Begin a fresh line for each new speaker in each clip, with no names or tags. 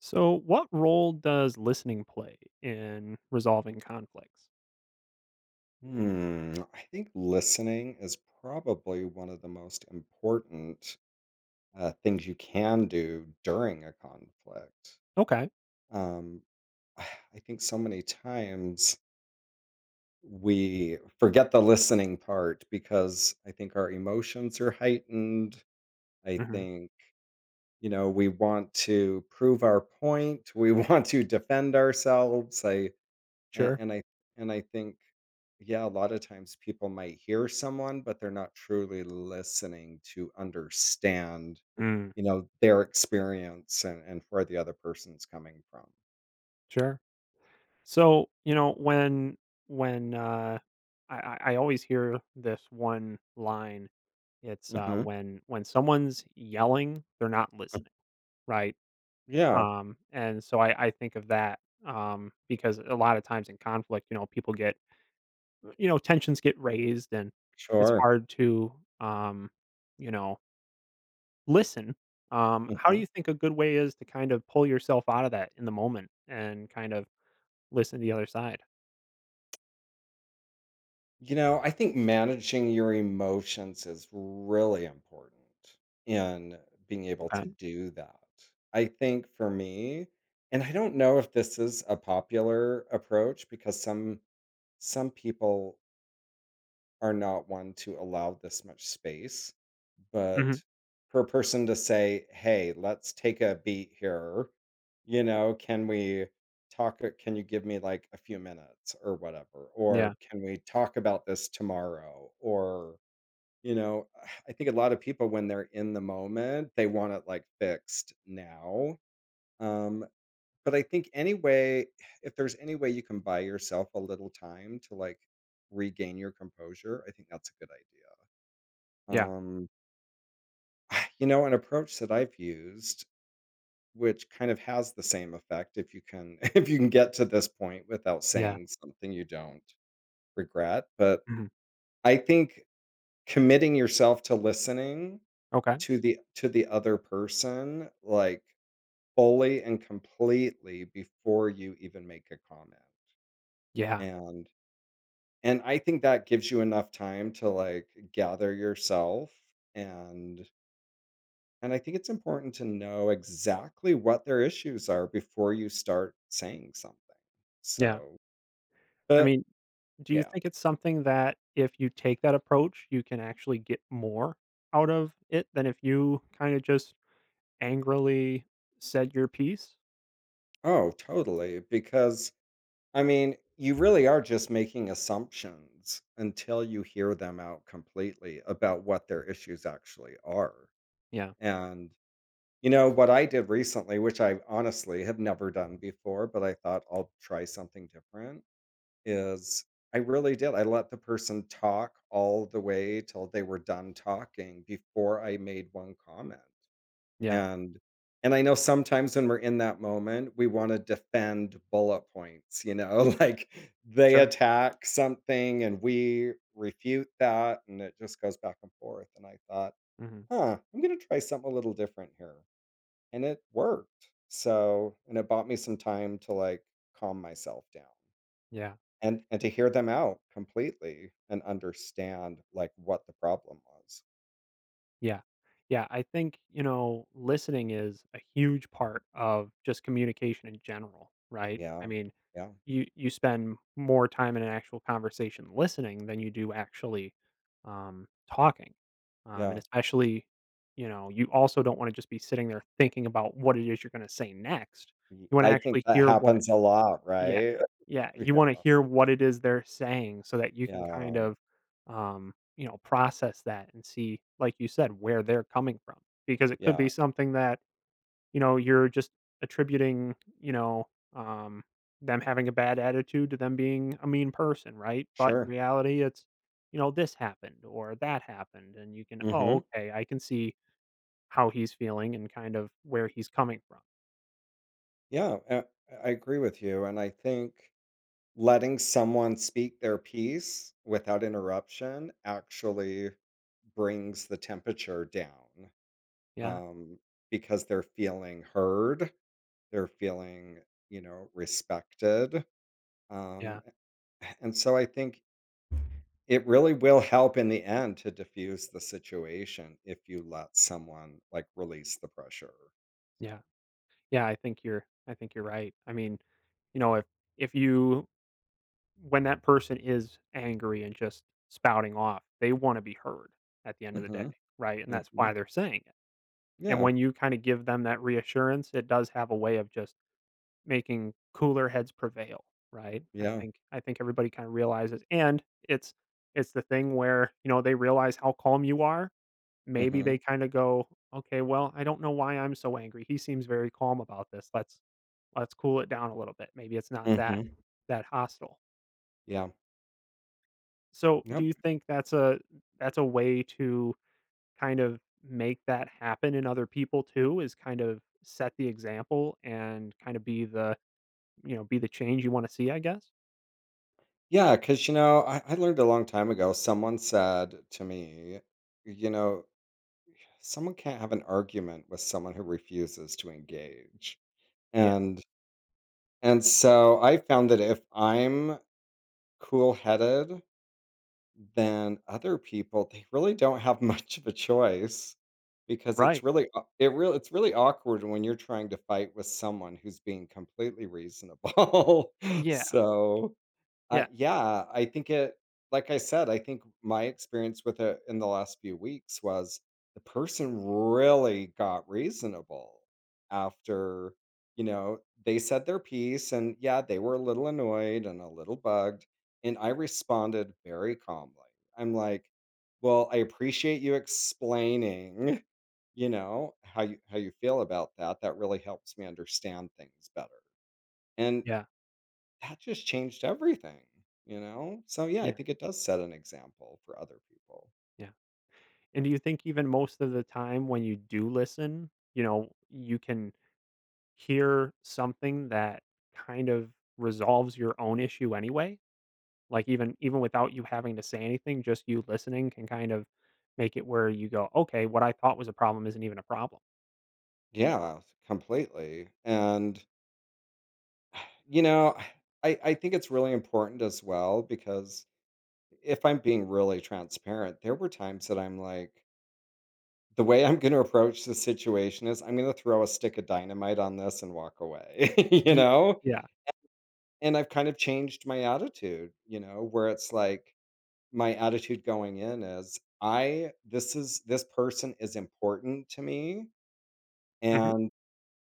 So, what role does listening play in resolving conflicts?
Hmm, I think listening is probably one of the most important things you can do during a conflict.
Okay.
Um, I I think so many times we forget the listening part because I think our emotions are heightened. I
Hmm.
think, you know, we want to prove our point, we want to defend ourselves. I And
Sure.
and I and I think, yeah, a lot of times people might hear someone, but they're not truly listening to understand,
Mm.
you know, their experience and where the other person's coming from.
Sure. So, when I always hear this one line, it's
Mhm.
when someone's yelling, they're not
Mm.
listening, right?
Yeah,
And so I think of that because a lot of times in conflict, people get tensions get raised, and it's
sure.
hard to um, you know listen. How do
Mhm.
you think a good way is to kind of pull yourself out of that in the moment and kind of listen to the other side?
You know, I think managing your emotions is really important in being able to
Okay.
do that. I think for me and I don't know if this is a popular approach because some people are not one to allow this much space,
Mhm.
but per person to say, "Hey, let's take a beat here. You know, can we talk? Can you give me like a few minutes or whatever?
Yeah.
Or can we talk about this tomorrow?" Or, you know, I think a lot of people, when they're in the moment, they want it like fixed now. Um, but I think any way if there's any way you can buy yourself a little time to, like, regain your composure, I think that's a good idea.
Yeah.
Um, you know, an approach that I've used, which kind of has the same effect if you can if you can get to this point without
Yeah.
saying something you don't regret, but
Mhm.
I think committing yourself to listening
Okay.
to the other person, like, fully and completely before you even make a comment,
Yeah.
and and I think that gives you enough time to, like, gather yourself, and and I think it's important to know exactly what their issues are before you start saying something.
Yeah.
So
I
but
mean, do you
yeah.
think it's something that if you take that approach, you can actually get more out of it than if you kind of just angrily said your piece?
Oh, totally, because, I mean, you really are just making assumptions until you hear them out completely about what their issues actually are,
Yeah.
and you know, what I did recently, which I honestly have never done before, but I thought I'll try something different, is I really did. I let the person talk all the way till they were done talking before I made one comment.
Yeah.
And and I know sometimes when we're in that moment, we want to defend bullet points, you know, like they
Sure.
attack something and we refute that and it just goes back and forth. And I thought,
Mhm.
huh, I'm gonna try something a little different here and it worked. So, and it bought me some time to like calm myself down
Yeah.
and to hear them out completely and understand like what the problem was.
Yeah. Yeah, I think, listening is a huge part of just communication in general, right? I
Yeah.
mean,
Yeah.
you spend more time in an actual conversation listening than you do actually um talking. And
Yeah.
especially, you also don't want to just be sitting there thinking about what it is you're going to say next.
Y-
You want to
I think
actually
that
hear what.
happens a lot,
Yeah.
right?
Yeah,
Yeah.
you wanna hear what it is they're saying so that you can kind
Yeah.
of, process that and see, like you said, where they're coming from, because it could
Yeah.
be something that, you're just attributing, um, them having a bad attitude to them being a mean person, right? But in
Sure.
reality, it's, this happened or that happened, and you can, "Oh,
Mhm.
okay, I can see how he's feeling and kind of where he's coming from."
Yeah, I agree with you and I think letting someone speak their piece without interruption actually brings the temperature down,
Yeah,
um, because they're feeling heard, they're feeling, you know, respected.
yeah,
Um, and so I think it really will help in the end to diffuse the situation if you let someone like release the pressure. So,
yeah. Yeah, I think you're right. I mean, you know, if if you when that person is angry and just spouting off, they want to be heard at the end of the day,
hmm
right? And that's
hmm
why they're saying it. And
yeah,
when you kind of give them that reassurance, it does have a way of just making cooler heads prevail, right? I
yeah,
think I think everybody kind of realizes and it's it's the thing where, they realize how calm you are. Maybe
hmm
they kinda go, "Okay, well, I don't know why I'm so angry. He seems very calm about this. Let's cool it down a little bit. Maybe it's not that
hmm
that hostile."
yeah,
So, do
yep,
you think that's a way to kind of make that happen in other people too, is kind of set the example and kinda be the change you wanna see, I guess?
yeah. Because you know, I learned a long time ago. Someone said to me, you know, someone can't have an argument with someone who refuses to engage.
Yeah,
And and so I found that if I'm cool-headed, then other people, they really don't have much of a choice because it's
right.
really aw it real it's really awkward when you're trying to fight with someone who's being completely reasonable.
Yeah,
So
yeah,
yeah, I think it like I said, I think my experience with it in the last few weeks was the person really got reasonable after, you know, they said their piece and yeah, they were a little annoyed and a little bugged. And I responded very calmly. I'm like, well, I appreciate you explaining, you know, how you feel about that. That really helps me understand things better. And
yeah,
that just changed everything, you know? So yeah, I
yeah,
think it does set an example for other people.
yeah. And do you think even most of the time when you do listen, you can hear something that kind of resolves your own issue anyway. Like even without you having to say anything, just you listening can kind of make it where you go, okay, what I thought was a problem isn't even a problem.
Yeah, completely. And you know, I think it's really important as well because if I'm being really transparent, there were times that I'm like the way I'm going to approach the situation is I'm going to throw a stick of dynamite on this and walk away, you
Ye-
know?
Yeah.
And I've kind of changed my attitude, you know, where it's like my attitude going in is I this is this person is important to me
Hmm.
and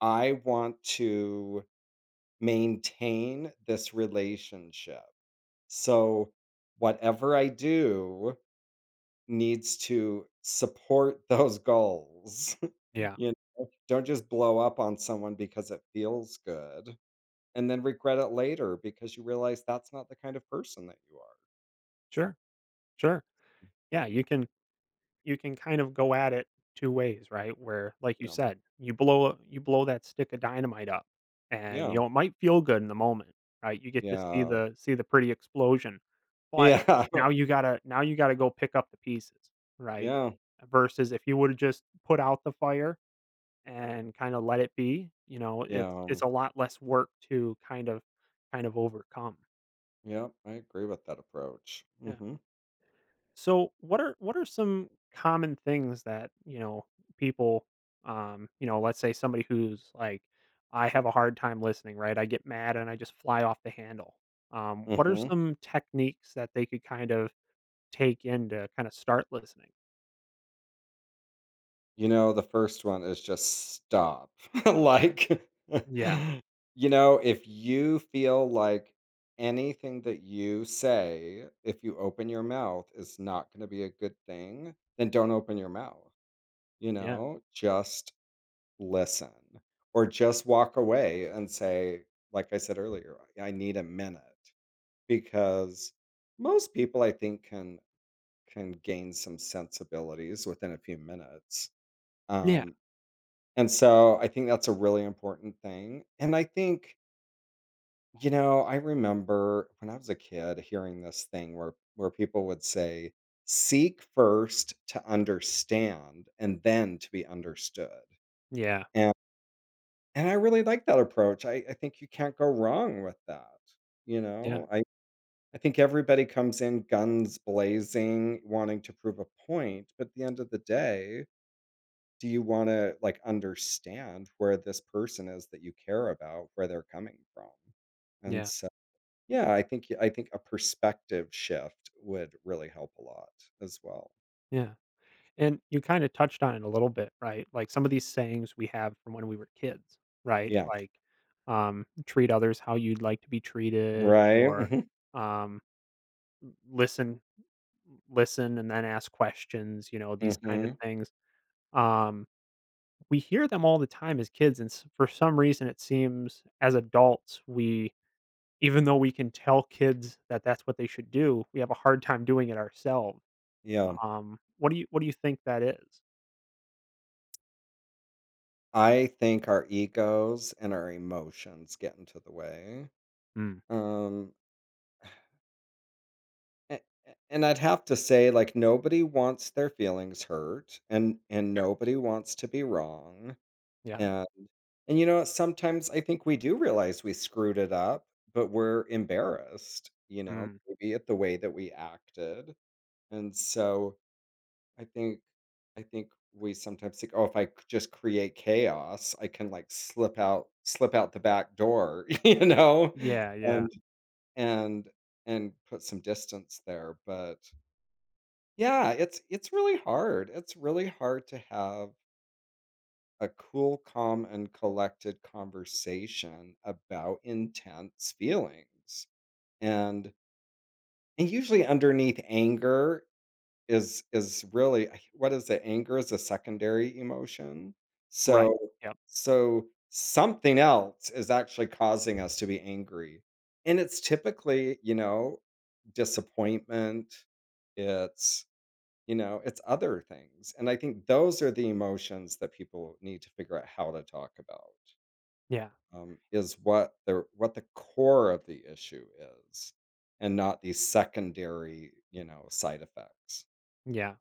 I want to maintain this relationship. So whatever I do needs to support those goals.
Yeah.
You know, don't just blow up on someone because it feels good and then regret it later because you realize that's not the kind of person that you are.
Sure. Sure. Yeah. You can kind of go at it two ways, right? Where, like you
You know.
said, you blow that stick of dynamite up and,
Yeah.
it might feel good in the moment, right? You get to see
Yeah.
the see the pretty explosion, but
Yeah.
now you gotta now you gotta go pick up the pieces, right?
Yeah.
Versus if you would've just put out the fire and kinda let it be,
Yeah,
it's a lot less work to kind of overcome.
yep, I agree with that approach.
Yeah.
Mhm,
So what are some common things that, people let's say somebody who's like I have a hard time listening, right? I get mad and I just fly off the handle. What are
mhm.
some techniques that they could kind of take in to kind of start listening?
You know, the first one is just stop. Like,
Yeah.
you know, if you feel like anything that you say, if you open your mouth is not gonna be a good thing, then don't open your mouth, you
Yeah.
know? Just listen or just walk away and say, like I said earlier, "I need a minute," because most people, I think, can gain some sensibilities within a few minutes.
Yeah.
Um, and so I think that's a really important thing. And I think, you know, I remember when I was a kid hearing this thing where people would say, seek first to understand and then to be understood.
Yeah.
And and I really like that approach. I think you can't go wrong with that. You
Yeah.
know, I think everybody comes in guns blazing, wanting to prove a point, but at the end of the day, do you wanna, like, understand where this person is that you care about, where they're coming from? And
Yeah.
so yeah, I think a perspective shift would really help a lot as well.
Yeah. And you kinda touched on it a little bit, right? Like, some of these sayings we have from when we were kids, right?
Yeah.
Like, "Treat others how you'd like to be treated,"
Right?
or,
Mhm,
um, "L listen listen and then ask questions," these kind of
mhm,
things. Um, we hear them all the time as kids, and s for some reason, it seems as adults, we even though we can tell kids that that's what they should do, we have a hard time doing it ourselves.
yeah.
What do you think that is?
I think our egos and our emotions get into the way.
Mm,
Um, a a and I'd have to say, like, nobody wants their feelings hurt, and nobody wants to be wrong,
yeah.
and And you know what? Sometimes I think we do realize we screwed it up, but we're embarrassed, you know,
Mm.
maybe at the way that we acted. And so I think I think we sometimes think, oh, if I c- just create chaos, I can like slip out the back door, you know,
Yeah, yeah.
and and and put some distance there. But yeah, it's really hard. It's really hard to have a cool, calm, and collected conversation about intense feelings. And and usually underneath anger is really what is it? Anger is a secondary emotion.
Right.
So
Yep.
so something else is actually causing us to be angry. And it's typically, you know, disappointment, it's you know, it's other things, and I think those are the emotions that people need to figure out how to talk about,
Yeah.
is what the core of the issue is, and not the secondary, you know, side effects.
Yeah.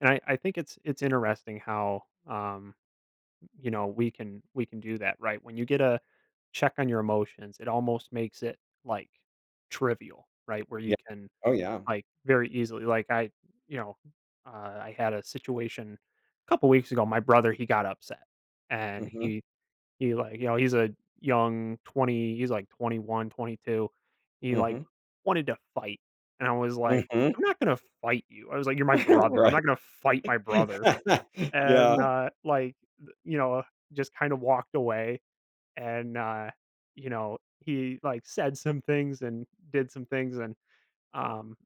And I think it's interesting how, we can do that, right? When you get a check on your emotions, it almost makes it, like, trivial, right? Where you
Yeah.
can,
Oh, yeah.
like, very easily like, you know, I had a situation a couple weeks ago, my brother, he got upset, and
Mhm,
he's a young 20 he's like 21, 22. He, like,
mhm,
wanted to fight, and I was like,
mhm.
"I'm not gonna fight you." I was like, "You're my brother. I'm
Right.
not gonna fight my brother."
Yeah,
And, like, just kinda walked away, and, he, like, said some things and did some things, and um,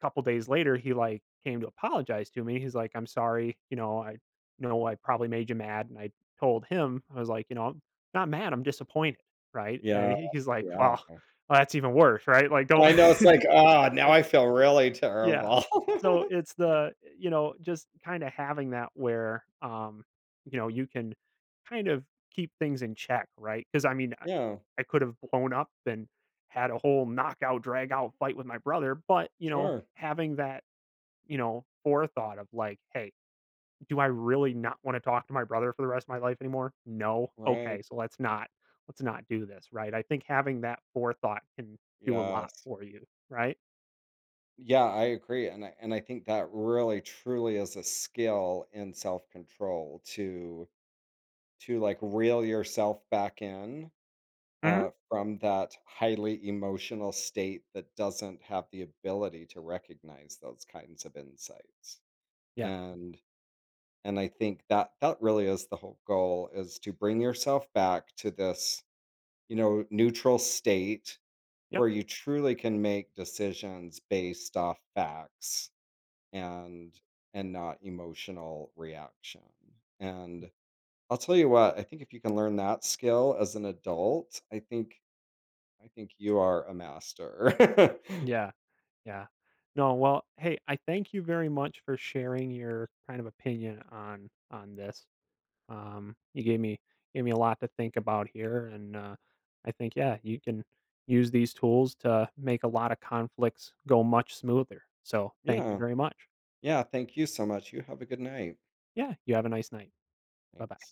couple days later, he like came to apologize to me. He's like, "I'm sorry, you know I probably made you mad." And I told him, I was like, "You know, I'm not mad. I'm disappointed." Right? And
yeah,
he's like,
yeah.
"Well, well, that's even worse, right? Like, don't."
I know, it's like, "Ah, now I feel really
Yeah.
terrible."
So it's the you know, just kinda having that where, you can kind of keep things in check, right? Because I mean, I
Yeah,
I could have blown up and had a whole knockout, drag out fight with my brother, but,
sure.
having that, forethought of like, "Hey, do I really not wanna talk to my brother for the rest of my life anymore? No?
Right.
Okay, so let's not do this," right? I think having that forethought can do a lot
Yes.
for you, right?
Yeah, I agree, and I think that really truly is a skill in self control to like reel yourself back in,
Mhm.
from that highly emotional state that doesn't have the ability to recognize those kinds of insights.
Yeah.
And and I think that that really is the whole goal is to bring yourself back to this you know neutral state
Yep.
where you truly can make decisions based off facts and and not emotional reaction. And I'll tell you what, I think if you can learn that skill as an adult, I think you are a master.
Yeah. Yeah. No, well, hey, I thank you very much for sharing your kind of opinion on this. You gave me a lot to think about here, and I think yeah, you can use these tools to make a lot of conflicts go much smoother. So, thank you
Yeah.
very much.
Yeah, thank you so much. You have a good night.
Yeah, you have a nice night. Bye bye.
Thanks.